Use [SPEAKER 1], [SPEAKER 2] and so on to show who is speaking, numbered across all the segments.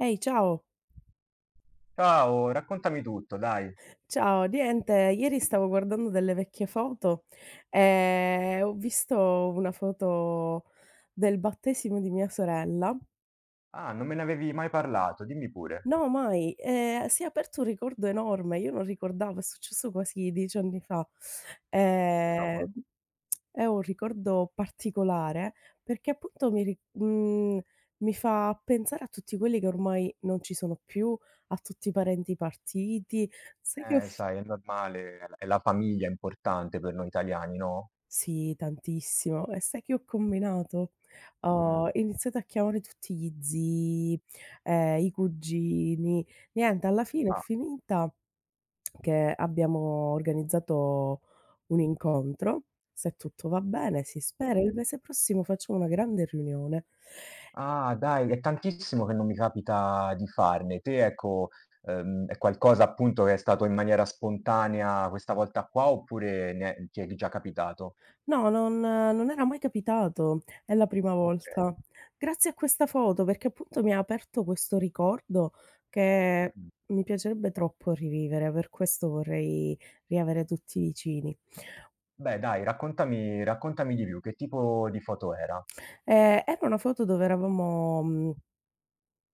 [SPEAKER 1] Ehi, ciao.
[SPEAKER 2] Ciao, raccontami tutto, dai.
[SPEAKER 1] Ciao, niente, ieri stavo guardando delle vecchie foto e ho visto una foto del battesimo di mia sorella.
[SPEAKER 2] Ah, non me ne avevi mai parlato, dimmi pure.
[SPEAKER 1] No, mai, si è aperto un ricordo enorme, io non ricordavo, è successo quasi 10 anni fa. Ehm,
[SPEAKER 2] Cavolo.
[SPEAKER 1] è un ricordo particolare perché appunto mi fa pensare a tutti quelli che ormai non ci sono più, a tutti i parenti partiti. Sai che ho
[SPEAKER 2] Sai, è normale, è la famiglia è importante per noi italiani, no?
[SPEAKER 1] sì, tantissimo. E sai che ho combinato?
[SPEAKER 2] Mm.
[SPEAKER 1] Ho iniziato a chiamare tutti gli zii, i cugini. Niente, alla fine è
[SPEAKER 2] Ah.
[SPEAKER 1] finita che abbiamo organizzato un incontro, se tutto va bene, si spera, il mese prossimo facciamo una grande riunione.
[SPEAKER 2] Ah, dai, è tantissimo che non mi capita di farne. Te, ecco, è qualcosa appunto che è stato in maniera spontanea questa volta qua oppure ti è già capitato?
[SPEAKER 1] No, non era mai capitato, è la prima volta.
[SPEAKER 2] Ok.
[SPEAKER 1] Grazie a questa foto, perché appunto mi ha aperto questo ricordo che
[SPEAKER 2] Mm.
[SPEAKER 1] mi piacerebbe troppo rivivere, per questo vorrei riavere tutti vicini.
[SPEAKER 2] Beh, dai, raccontami, raccontami di più, che tipo di foto era?
[SPEAKER 1] Era una foto dove eravamo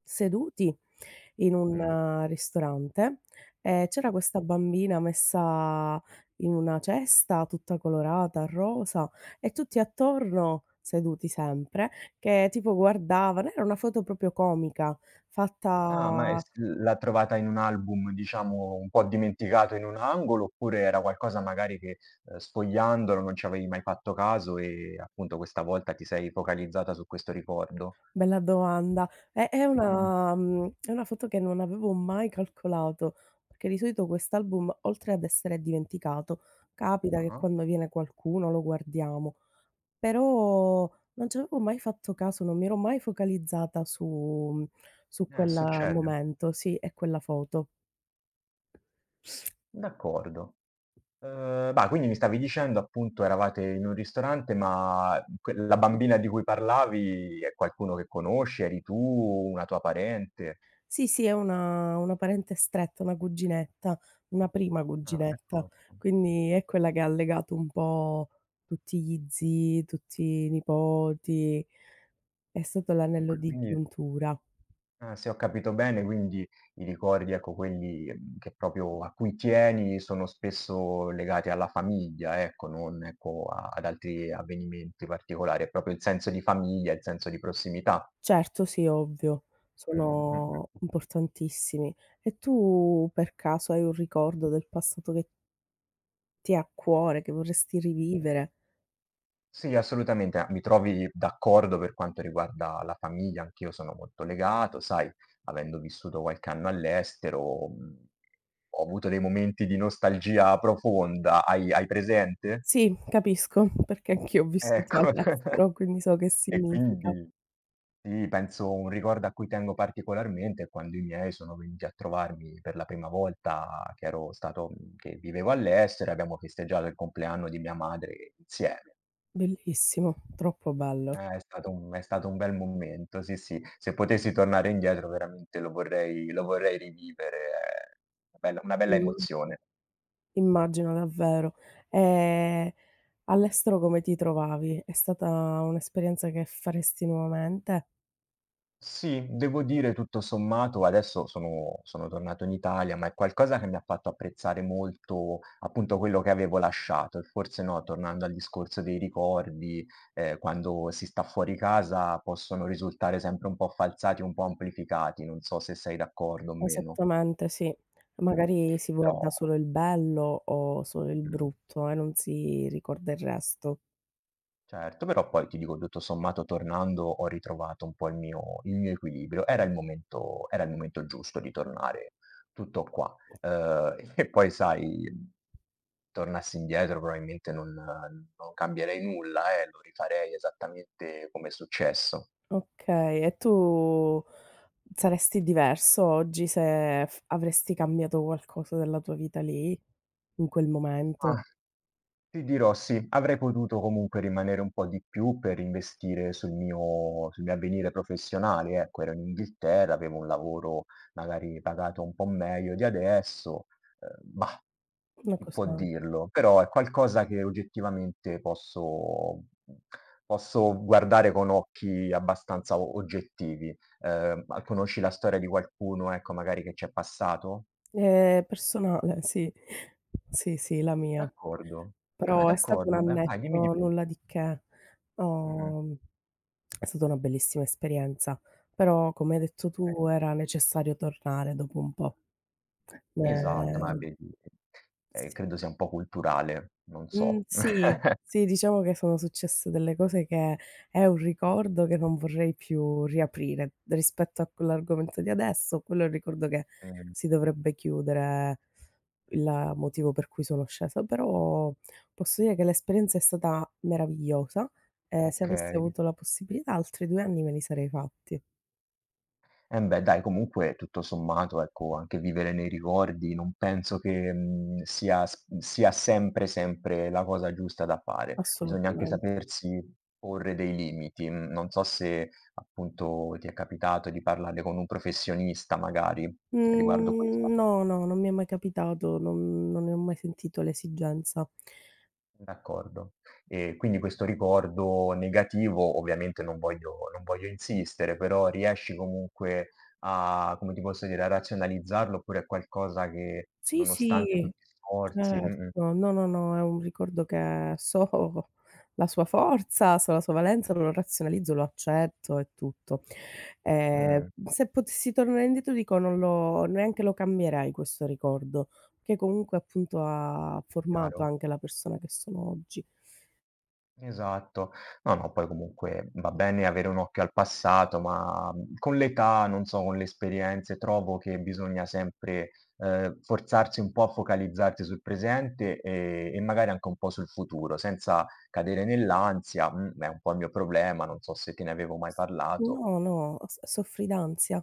[SPEAKER 1] seduti in un
[SPEAKER 2] Mm.
[SPEAKER 1] ristorante e c'era questa bambina messa in una cesta tutta colorata, rosa e tutti attorno, seduti sempre, che tipo guardavano. Era una foto proprio comica,
[SPEAKER 2] Ah, ma e s
[SPEAKER 1] fatta
[SPEAKER 2] l'ha trovata in un album, diciamo, un po' dimenticato in un angolo, oppure era qualcosa magari che, sfogliandolo non ci avevi mai fatto caso e appunto questa volta ti sei focalizzata su questo ricordo?
[SPEAKER 1] bella domanda. È
[SPEAKER 2] Mh.
[SPEAKER 1] una è una foto che non avevo mai calcolato, perché di solito quest'album, oltre ad essere dimenticato, capita che
[SPEAKER 2] Ah-ah.
[SPEAKER 1] quando viene qualcuno lo guardiamo. Però non ci avevo mai fatto caso, non mi ero mai focalizzata su quella
[SPEAKER 2] Succede.
[SPEAKER 1] momento, sì, e quella foto.
[SPEAKER 2] D'accordo. Bah, quindi mi stavi dicendo appunto eravate in un ristorante, ma que la bambina di cui parlavi è qualcuno che conosci, eri tu, una tua parente?
[SPEAKER 1] Sì, sì, è una parente stretta, una cuginetta, una prima
[SPEAKER 2] Ah,
[SPEAKER 1] cuginetta,
[SPEAKER 2] d'accordo.
[SPEAKER 1] quindi è quella che ha legato un po' tutti gli zii, tutti i nipoti. È stato
[SPEAKER 2] E
[SPEAKER 1] l'anello
[SPEAKER 2] qui
[SPEAKER 1] di
[SPEAKER 2] quindi
[SPEAKER 1] giuntura.
[SPEAKER 2] Ah, se ho capito bene, quindi i ricordi, ecco, quelli, che proprio a cui tieni sono spesso legati alla famiglia, ecco, non ecco a ad altri avvenimenti particolari, è proprio il senso di famiglia, il senso di prossimità.
[SPEAKER 1] Certo, sì, ovvio,
[SPEAKER 2] Mh, mh, mh.
[SPEAKER 1] sono importantissimi. E tu per caso hai un ricordo del passato che ti ha a cuore, che vorresti rivivere.
[SPEAKER 2] Sì, assolutamente, mi trovi d'accordo per quanto riguarda la famiglia, anch'io sono molto legato, sai, avendo vissuto qualche anno all'estero, mhmm, ho avuto dei momenti di nostalgia profonda. Hai presente?
[SPEAKER 1] Sì, capisco, perché anch'io ho vissuto
[SPEAKER 2] Ecco.
[SPEAKER 1] all'estero, quindi so che
[SPEAKER 2] E
[SPEAKER 1] significa.
[SPEAKER 2] quindi sì, penso un ricordo a cui tengo particolarmente è quando i miei sono venuti a trovarmi per la prima volta che che vivevo all'estero e abbiamo festeggiato il compleanno di mia madre insieme.
[SPEAKER 1] Bellissimo, troppo bello.
[SPEAKER 2] È stato un bel momento, sì, sì. Se potessi tornare indietro veramente lo vorrei rivivere, è una bella
[SPEAKER 1] Immagino,
[SPEAKER 2] emozione.
[SPEAKER 1] immagino davvero. Ehm, All'estero come ti trovavi? È stata un'esperienza che faresti nuovamente?
[SPEAKER 2] Sì, devo dire tutto sommato, adesso sono tornato in Italia, ma è qualcosa che mi ha fatto apprezzare molto, appunto, quello che avevo lasciato e forse, no, tornando al discorso dei ricordi, quando si sta fuori casa possono risultare sempre un po' falsati, un po' amplificati, non so se sei d'accordo o meno.
[SPEAKER 1] Esattamente, sì.
[SPEAKER 2] Mh.
[SPEAKER 1] Magari si
[SPEAKER 2] Però.
[SPEAKER 1] guarda solo il bello o solo il
[SPEAKER 2] Mh-mh.
[SPEAKER 1] brutto e non si ricorda il resto.
[SPEAKER 2] Certo, però poi ti dico tutto sommato tornando ho ritrovato un po' il mio equilibrio. Era il momento giusto di tornare tutto qua. E poi sai, tornassi indietro probabilmente non cambierei nulla, lo rifarei esattamente come è successo.
[SPEAKER 1] Okay, e tu saresti diverso oggi se f avresti cambiato qualcosa della tua vita lì, in quel momento?
[SPEAKER 2] Ah. Ti dirò sì, avrei potuto comunque rimanere un po' di più per investire sul mio avvenire professionale, ecco, ero in Inghilterra, avevo un lavoro magari pagato un po' meglio di adesso, mah,
[SPEAKER 1] Una
[SPEAKER 2] chi può
[SPEAKER 1] cosa
[SPEAKER 2] dirlo, però è qualcosa che oggettivamente posso guardare con occhi abbastanza o oggettivi. Ma conosci la storia di qualcuno, ecco, magari che c'è passato?
[SPEAKER 1] è personale, sì. Sì, sì, la mia.
[SPEAKER 2] D'accordo. Ah,
[SPEAKER 1] Però è stato un
[SPEAKER 2] d'accordo, beh vai dimmi di
[SPEAKER 1] annetto,
[SPEAKER 2] più.
[SPEAKER 1] nulla di che.
[SPEAKER 2] Mh-mh.
[SPEAKER 1] Ho è stata una bellissima esperienza, però come hai detto
[SPEAKER 2] Eh.
[SPEAKER 1] tu era necessario tornare dopo un po'.
[SPEAKER 2] Esatto, ma
[SPEAKER 1] Ehm,
[SPEAKER 2] vedi,
[SPEAKER 1] s
[SPEAKER 2] credo sia un po' culturale, non
[SPEAKER 1] Mhmm,
[SPEAKER 2] so.
[SPEAKER 1] sì, sì, diciamo che sono successe delle cose che è un ricordo che non vorrei più riaprire. Rispetto a quell'argomento di adesso, quello è un ricordo che
[SPEAKER 2] Mh,
[SPEAKER 1] si dovrebbe chiudere il motivo per cui sono scesa, però posso dire che l'esperienza è stata meravigliosa e se avessi
[SPEAKER 2] okay.
[SPEAKER 1] avuto la possibilità altri 2 anni me li sarei fatti,
[SPEAKER 2] Eh beh, dai, comunque tutto sommato, ecco, anche vivere nei ricordi non penso che, sia sempre, sempre la cosa giusta da fare. Bisogna anche
[SPEAKER 1] assolutamente.
[SPEAKER 2] sapersi porre dei limiti. Mhmm, Non so se appunto ti è capitato di parlare con un professionista magari riguardo
[SPEAKER 1] Mhmm,
[SPEAKER 2] questo.
[SPEAKER 1] no, no, non mi è mai capitato, non ne ho mai sentito l'esigenza.
[SPEAKER 2] D'accordo. E quindi questo ricordo negativo, ovviamente non voglio insistere, però riesci comunque a come ti posso dire, a razionalizzarlo oppure è qualcosa che
[SPEAKER 1] Sì,
[SPEAKER 2] nonostante
[SPEAKER 1] sì.
[SPEAKER 2] tutti gli sforzi. Mh-mh.
[SPEAKER 1] Certo, no, no, no, è un ricordo che so la sua forza, so la sua valenza, lo razionalizzo, lo accetto e tutto.
[SPEAKER 2] Mh,
[SPEAKER 1] Se potessi tornare indietro dico non lo neanche lo cambierei questo ricordo, che comunque appunto ha formato
[SPEAKER 2] chiaro.
[SPEAKER 1] anche la persona che sono oggi.
[SPEAKER 2] Esatto. No, no, poi comunque va bene avere un occhio al passato, ma, con l'età, non so, con le esperienze, trovo che bisogna sempre, forzarsi un po' a focalizzarsi sul presente, e magari anche un po' sul futuro, senza cadere nell'ansia. Mhmm, è un po' il mio problema, non so se te ne avevo mai parlato.
[SPEAKER 1] No, no, s soffri d'ansia.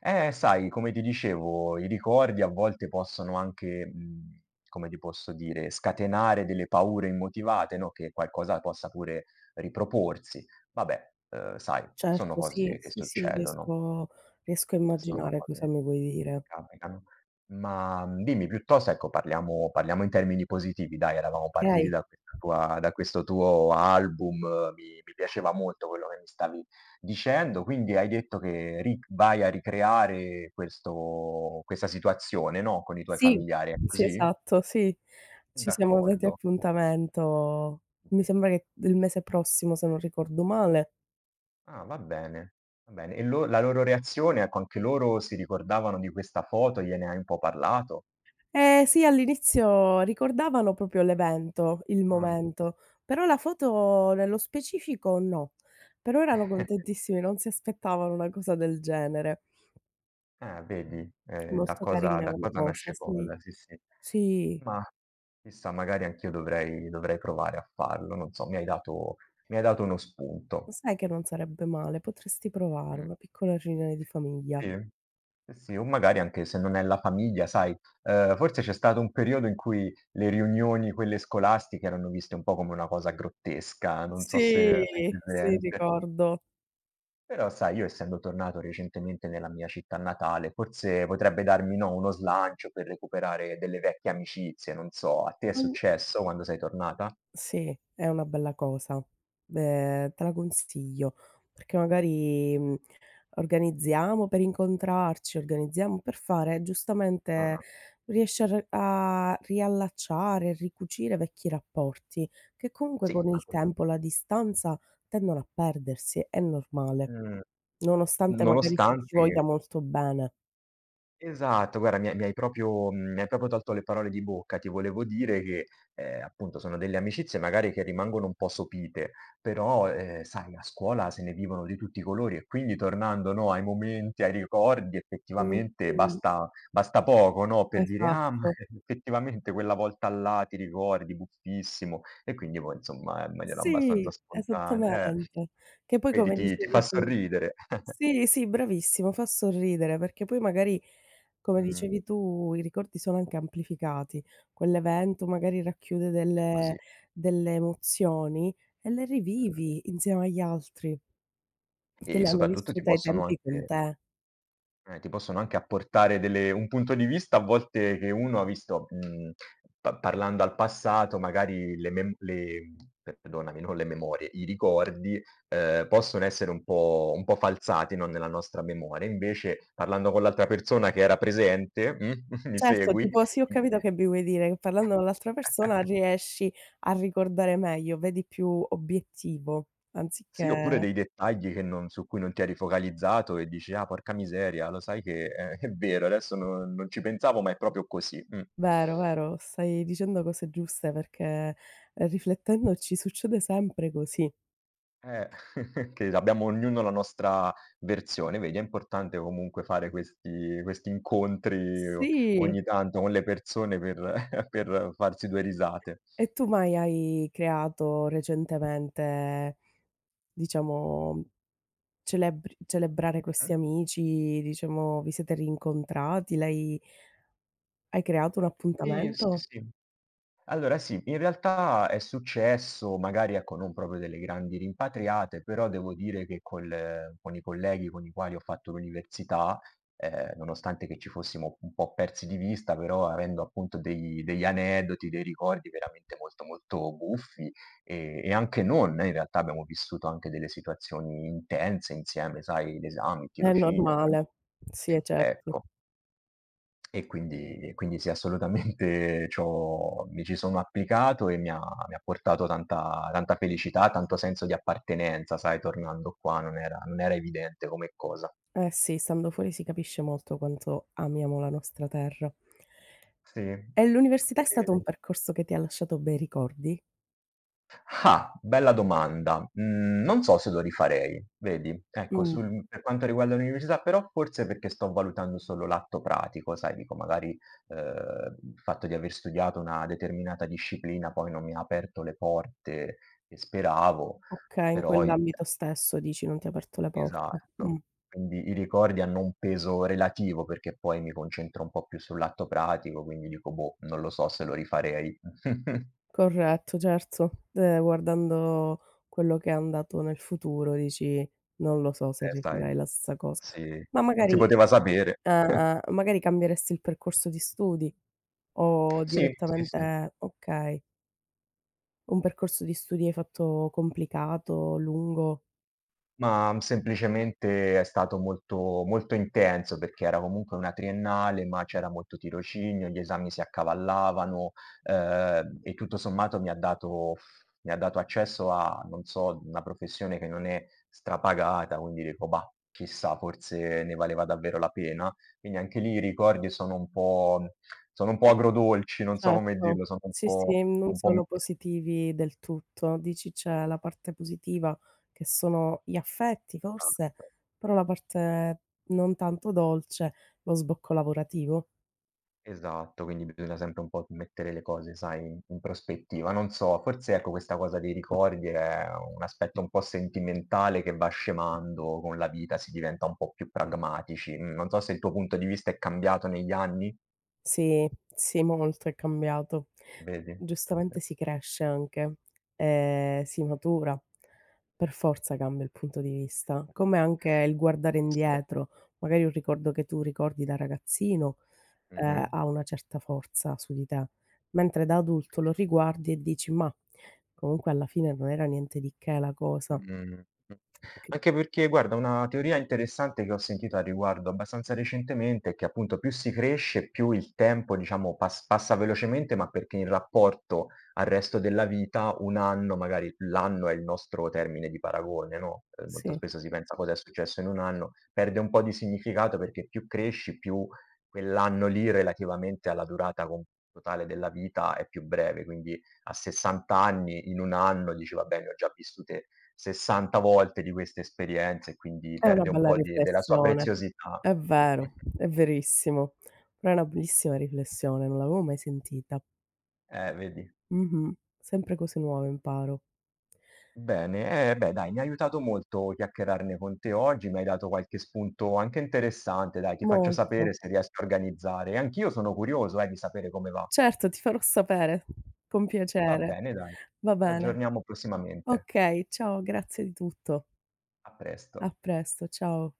[SPEAKER 2] Sai, come ti dicevo, i ricordi a volte possono anche, come ti posso dire, scatenare delle paure immotivate, no, che qualcosa possa pure riproporsi. Vabbè, sai, sono
[SPEAKER 1] Certo, sì,
[SPEAKER 2] cose che
[SPEAKER 1] sì, sì,
[SPEAKER 2] succedono.
[SPEAKER 1] riesco a
[SPEAKER 2] Sono
[SPEAKER 1] immaginare cosa
[SPEAKER 2] cose
[SPEAKER 1] mi vuoi dire.
[SPEAKER 2] capitano. Ma, dimmi piuttosto ecco, parliamo in termini positivi dai, eravamo partiti
[SPEAKER 1] Okay?
[SPEAKER 2] da questa tua da questo tuo album, mi piaceva molto quello che mi stavi dicendo, quindi hai detto che ri vai a ricreare questo questa situazione, no, con i tuoi
[SPEAKER 1] Sì,
[SPEAKER 2] familiari, è
[SPEAKER 1] sì,
[SPEAKER 2] così?
[SPEAKER 1] esatto, sì. Ci siamo dati
[SPEAKER 2] D'accordo.
[SPEAKER 1] appuntamento, mi sembra che del mese prossimo, se non ricordo male.
[SPEAKER 2] Ah, va bene, va bene. E lo la loro reazione, ecco, anche loro si ricordavano di questa foto, gliene hai un po' parlato?
[SPEAKER 1] Eh sì, all'inizio ricordavano proprio l'evento, il
[SPEAKER 2] Ah.
[SPEAKER 1] momento, però la foto nello specifico no. Però erano contentissimi, non si aspettavano una cosa del genere.
[SPEAKER 2] Vedi, da
[SPEAKER 1] Molto
[SPEAKER 2] cosa
[SPEAKER 1] carina
[SPEAKER 2] da
[SPEAKER 1] come
[SPEAKER 2] cosa
[SPEAKER 1] cosa,
[SPEAKER 2] nasce
[SPEAKER 1] sì.
[SPEAKER 2] cosa, sì, sì.
[SPEAKER 1] Sì,
[SPEAKER 2] Ma chissà, magari anch'io dovrei provare a farlo, non so, mi hai dato uno
[SPEAKER 1] lo
[SPEAKER 2] spunto.
[SPEAKER 1] sai che non sarebbe male, potresti provare
[SPEAKER 2] Mh,
[SPEAKER 1] una piccola riunione di famiglia.
[SPEAKER 2] sì, sì, sì, o magari anche se non è la famiglia, sai, forse c'è stato un periodo in cui le riunioni, quelle scolastiche, erano viste un po' come una cosa grottesca, non so se hai
[SPEAKER 1] Sì, sì
[SPEAKER 2] presente.
[SPEAKER 1] ricordo.
[SPEAKER 2] Però sai, io essendo tornato recentemente nella mia città natale, forse potrebbe darmi, no, uno slancio per recuperare delle vecchie amicizie, non so, a te è
[SPEAKER 1] Mh.
[SPEAKER 2] successo quando sei tornata?
[SPEAKER 1] Sì, è una bella cosa. Beh, te la consiglio, perché magari, organizziamo per incontrarci, organizziamo per fare giustamente
[SPEAKER 2] Mh-mh.
[SPEAKER 1] riesci a re a riallacciare, ricucire vecchi rapporti, che comunque
[SPEAKER 2] Sì,
[SPEAKER 1] con il
[SPEAKER 2] anche.
[SPEAKER 1] tempo, la distanza tendono a perdersi, è normale.
[SPEAKER 2] Mh.
[SPEAKER 1] Nonostante magari si ci voglia
[SPEAKER 2] Nonostante.
[SPEAKER 1] molto bene.
[SPEAKER 2] Esatto, guarda mi hai proprio tolto le parole di bocca. Ti volevo dire che, appunto sono delle amicizie magari che rimangono un po' sopite, però, sai a scuola se ne vivono di tutti i colori e quindi tornando, no, ai momenti, ai ricordi effettivamente
[SPEAKER 1] Mh-mh,
[SPEAKER 2] basta poco, no, per dire: "Ah, ma
[SPEAKER 1] esatto.
[SPEAKER 2] effettivamente quella volta là ti ricordi, buffissimo." E quindi poi insomma in maniera
[SPEAKER 1] Sì,
[SPEAKER 2] abbastanza spontanea.
[SPEAKER 1] esattamente. Che poi
[SPEAKER 2] Vedi
[SPEAKER 1] come
[SPEAKER 2] ti fa
[SPEAKER 1] dicevi tu
[SPEAKER 2] sorridere.
[SPEAKER 1] sì, sì, bravissimo, fa sorridere perché poi magari, come
[SPEAKER 2] Mh,
[SPEAKER 1] dicevi tu, i ricordi sono anche amplificati. Quell'evento magari racchiude
[SPEAKER 2] è così.
[SPEAKER 1] delle emozioni e le
[SPEAKER 2] Mh.
[SPEAKER 1] rivivi insieme agli altri che
[SPEAKER 2] E
[SPEAKER 1] le hanno
[SPEAKER 2] soprattutto ti
[SPEAKER 1] vissute ai
[SPEAKER 2] possono
[SPEAKER 1] tempi con
[SPEAKER 2] anche
[SPEAKER 1] te.
[SPEAKER 2] apportare delle un punto di vista a volte che uno ha visto, pa parlando al passato magari le mem le perdonami, non le memorie, i ricordi, possono essere un po' falsati, no, nella nostra memoria. Invece parlando con l'altra persona che era presente, mi
[SPEAKER 1] Certo,
[SPEAKER 2] segui?
[SPEAKER 1] tipo sì, ho capito che mi vuoi dire, che parlando con l'altra persona riesci a ricordare meglio, vedi più obiettivo
[SPEAKER 2] Sì, oppure
[SPEAKER 1] anziché
[SPEAKER 2] dei dettagli che non su cui non ti eri focalizzato e dici: "Ah, porca miseria, lo sai che è vero, adesso non ci pensavo, ma è proprio così." Mh.
[SPEAKER 1] vero, vero, stai dicendo cose giuste perché, riflettendoci succede sempre così.
[SPEAKER 2] Eh, che abbiamo ognuno la nostra versione, vedi è importante comunque fare questi incontri o
[SPEAKER 1] Sì.
[SPEAKER 2] ogni tanto con le persone per per farsi due risate.
[SPEAKER 1] E tu mai hai creato recentemente, diciamo, celebri celebrare
[SPEAKER 2] Mh-mh.
[SPEAKER 1] questi amici, diciamo, vi siete rincontrati, l'hai hai creato un
[SPEAKER 2] Sì,
[SPEAKER 1] appuntamento?
[SPEAKER 2] sì, sì. Allora sì, in realtà è successo, magari ecco non proprio delle grandi rimpatriate, però devo dire che col con i colleghi con i quali ho fatto l'università, nonostante che ci fossimo un po' persi di vista, però avendo appunto dei degli aneddoti, dei ricordi veramente molto, molto buffi, e anche non, in realtà abbiamo vissuto anche delle situazioni intense insieme, sai, l'esame, il
[SPEAKER 1] È
[SPEAKER 2] tirocinio,
[SPEAKER 1] normale. Sì, è certo.
[SPEAKER 2] ecco. E quindi sì, assolutamente c'ho mi ci sono applicato e mi ha portato tanta tanta felicità, tanto senso di appartenenza, sai, tornando qua non era evidente come cosa.
[SPEAKER 1] Eh sì, stando fuori si capisce molto quanto amiamo la nostra terra.
[SPEAKER 2] Sì,
[SPEAKER 1] E l'università è stato un
[SPEAKER 2] e
[SPEAKER 1] percorso che ti ha lasciato bei ricordi?
[SPEAKER 2] Ah, bella domanda. Mhmm, Non so se lo rifarei, vedi. Ecco,
[SPEAKER 1] Mh,
[SPEAKER 2] sul per quanto riguarda l'università però forse perché sto valutando solo l'atto pratico, sai, dico magari, il fatto di aver studiato una determinata disciplina poi non mi ha aperto le porte che speravo,
[SPEAKER 1] okay, in
[SPEAKER 2] però i
[SPEAKER 1] quell'ambito stesso dici, non ti ha aperto le porte.
[SPEAKER 2] esatto. Quindi i ricordi hanno un peso relativo perché poi mi concentro un po' più sull'atto pratico, quindi dico: "Boh, non lo so se lo rifarei."
[SPEAKER 1] Corretto, certo. Guardando quello che è andato nel futuro dici: "Non lo so se rifarei
[SPEAKER 2] Sai.
[SPEAKER 1] la stessa cosa".
[SPEAKER 2] Sì,
[SPEAKER 1] Ma
[SPEAKER 2] non si
[SPEAKER 1] magari
[SPEAKER 2] poteva sapere.
[SPEAKER 1] magari cambieresti il percorso di studi o
[SPEAKER 2] Sì, sì, sì,
[SPEAKER 1] direttamente okay. Un percorso di studi hai fatto complicato, lungo?
[SPEAKER 2] ma semplicemente è stato molto molto intenso, perché era comunque una triennale, ma c'era molto tirocinio, gli esami si accavallavano, e tutto sommato mi ha dato accesso a, non so, una professione che non è strapagata, quindi dico: "Bah, chissà, forse ne valeva davvero la pena". Quindi anche lì i ricordi sono un po' agrodolci, non so come
[SPEAKER 1] Certo.
[SPEAKER 2] dirlo, sono
[SPEAKER 1] Sì, sì, non
[SPEAKER 2] un po'
[SPEAKER 1] sono
[SPEAKER 2] misti.
[SPEAKER 1] positivi del tutto. Dici c'è la parte positiva che sono gli affetti forse,
[SPEAKER 2] Esatto,
[SPEAKER 1] però la parte non tanto dolce, lo sbocco lavorativo.
[SPEAKER 2] esatto, quindi bisogna sempre un po' mettere le cose, sai, in prospettiva. Non so, forse ecco questa cosa dei ricordi è un aspetto un po' sentimentale che va scemando con la vita, si diventa un po' più pragmatici. Mhmm, Non so se il tuo punto di vista è cambiato negli anni.
[SPEAKER 1] Sì, sì, molto è cambiato.
[SPEAKER 2] Vedi? Sì, sì.
[SPEAKER 1] Giustamente si cresce anche, si matura. Per forza cambia il punto di vista, come anche il guardare
[SPEAKER 2] Sì.
[SPEAKER 1] indietro, magari un ricordo che tu ricordi da ragazzino
[SPEAKER 2] Mh-mh.
[SPEAKER 1] ha una certa forza su di te. Mentre da adulto lo riguardi e dici: "Mah, comunque alla fine non era niente di che la cosa".
[SPEAKER 2] Mh, mh.
[SPEAKER 1] Che
[SPEAKER 2] Anche perché guarda, una teoria interessante che ho sentito al riguardo abbastanza recentemente è che appunto più si cresce, più il tempo diciamo passa velocemente, ma perché in rapporto al resto della vita un anno magari l'anno è il nostro termine di paragone, no, molto
[SPEAKER 1] sì,
[SPEAKER 2] spesso si pensa: "Cosa è successo in un anno?" Perde un po' di significato perché più cresci, più quell'anno lì relativamente alla durata con totale della vita è più breve, quindi a 60 anni, in un anno dici: "Vabbè, ne ho già vissute 60 volte di queste esperienze", e quindi
[SPEAKER 1] è una
[SPEAKER 2] perde un
[SPEAKER 1] bella
[SPEAKER 2] po' di della sua
[SPEAKER 1] riflessione.
[SPEAKER 2] preziosità.
[SPEAKER 1] È vero, è verissimo. Però è una bellissima riflessione, non l'avevo mai sentita.
[SPEAKER 2] Vedi.
[SPEAKER 1] Mh-mh. Sempre cose nuove imparo.
[SPEAKER 2] Bene, beh dai, mi ha aiutato molto chiacchierarne con te oggi, mi hai dato qualche spunto anche interessante, dai, ti faccio
[SPEAKER 1] Molto.
[SPEAKER 2] sapere se riesco a organizzare. E anch'io sono curioso, di sapere come va.
[SPEAKER 1] Certo, ti farò sapere, con
[SPEAKER 2] Va
[SPEAKER 1] piacere.
[SPEAKER 2] bene, dai.
[SPEAKER 1] Va bene.
[SPEAKER 2] Aggiorniamo prossimamente.
[SPEAKER 1] Okay, ciao, grazie di tutto.
[SPEAKER 2] A presto.
[SPEAKER 1] A presto, ciao.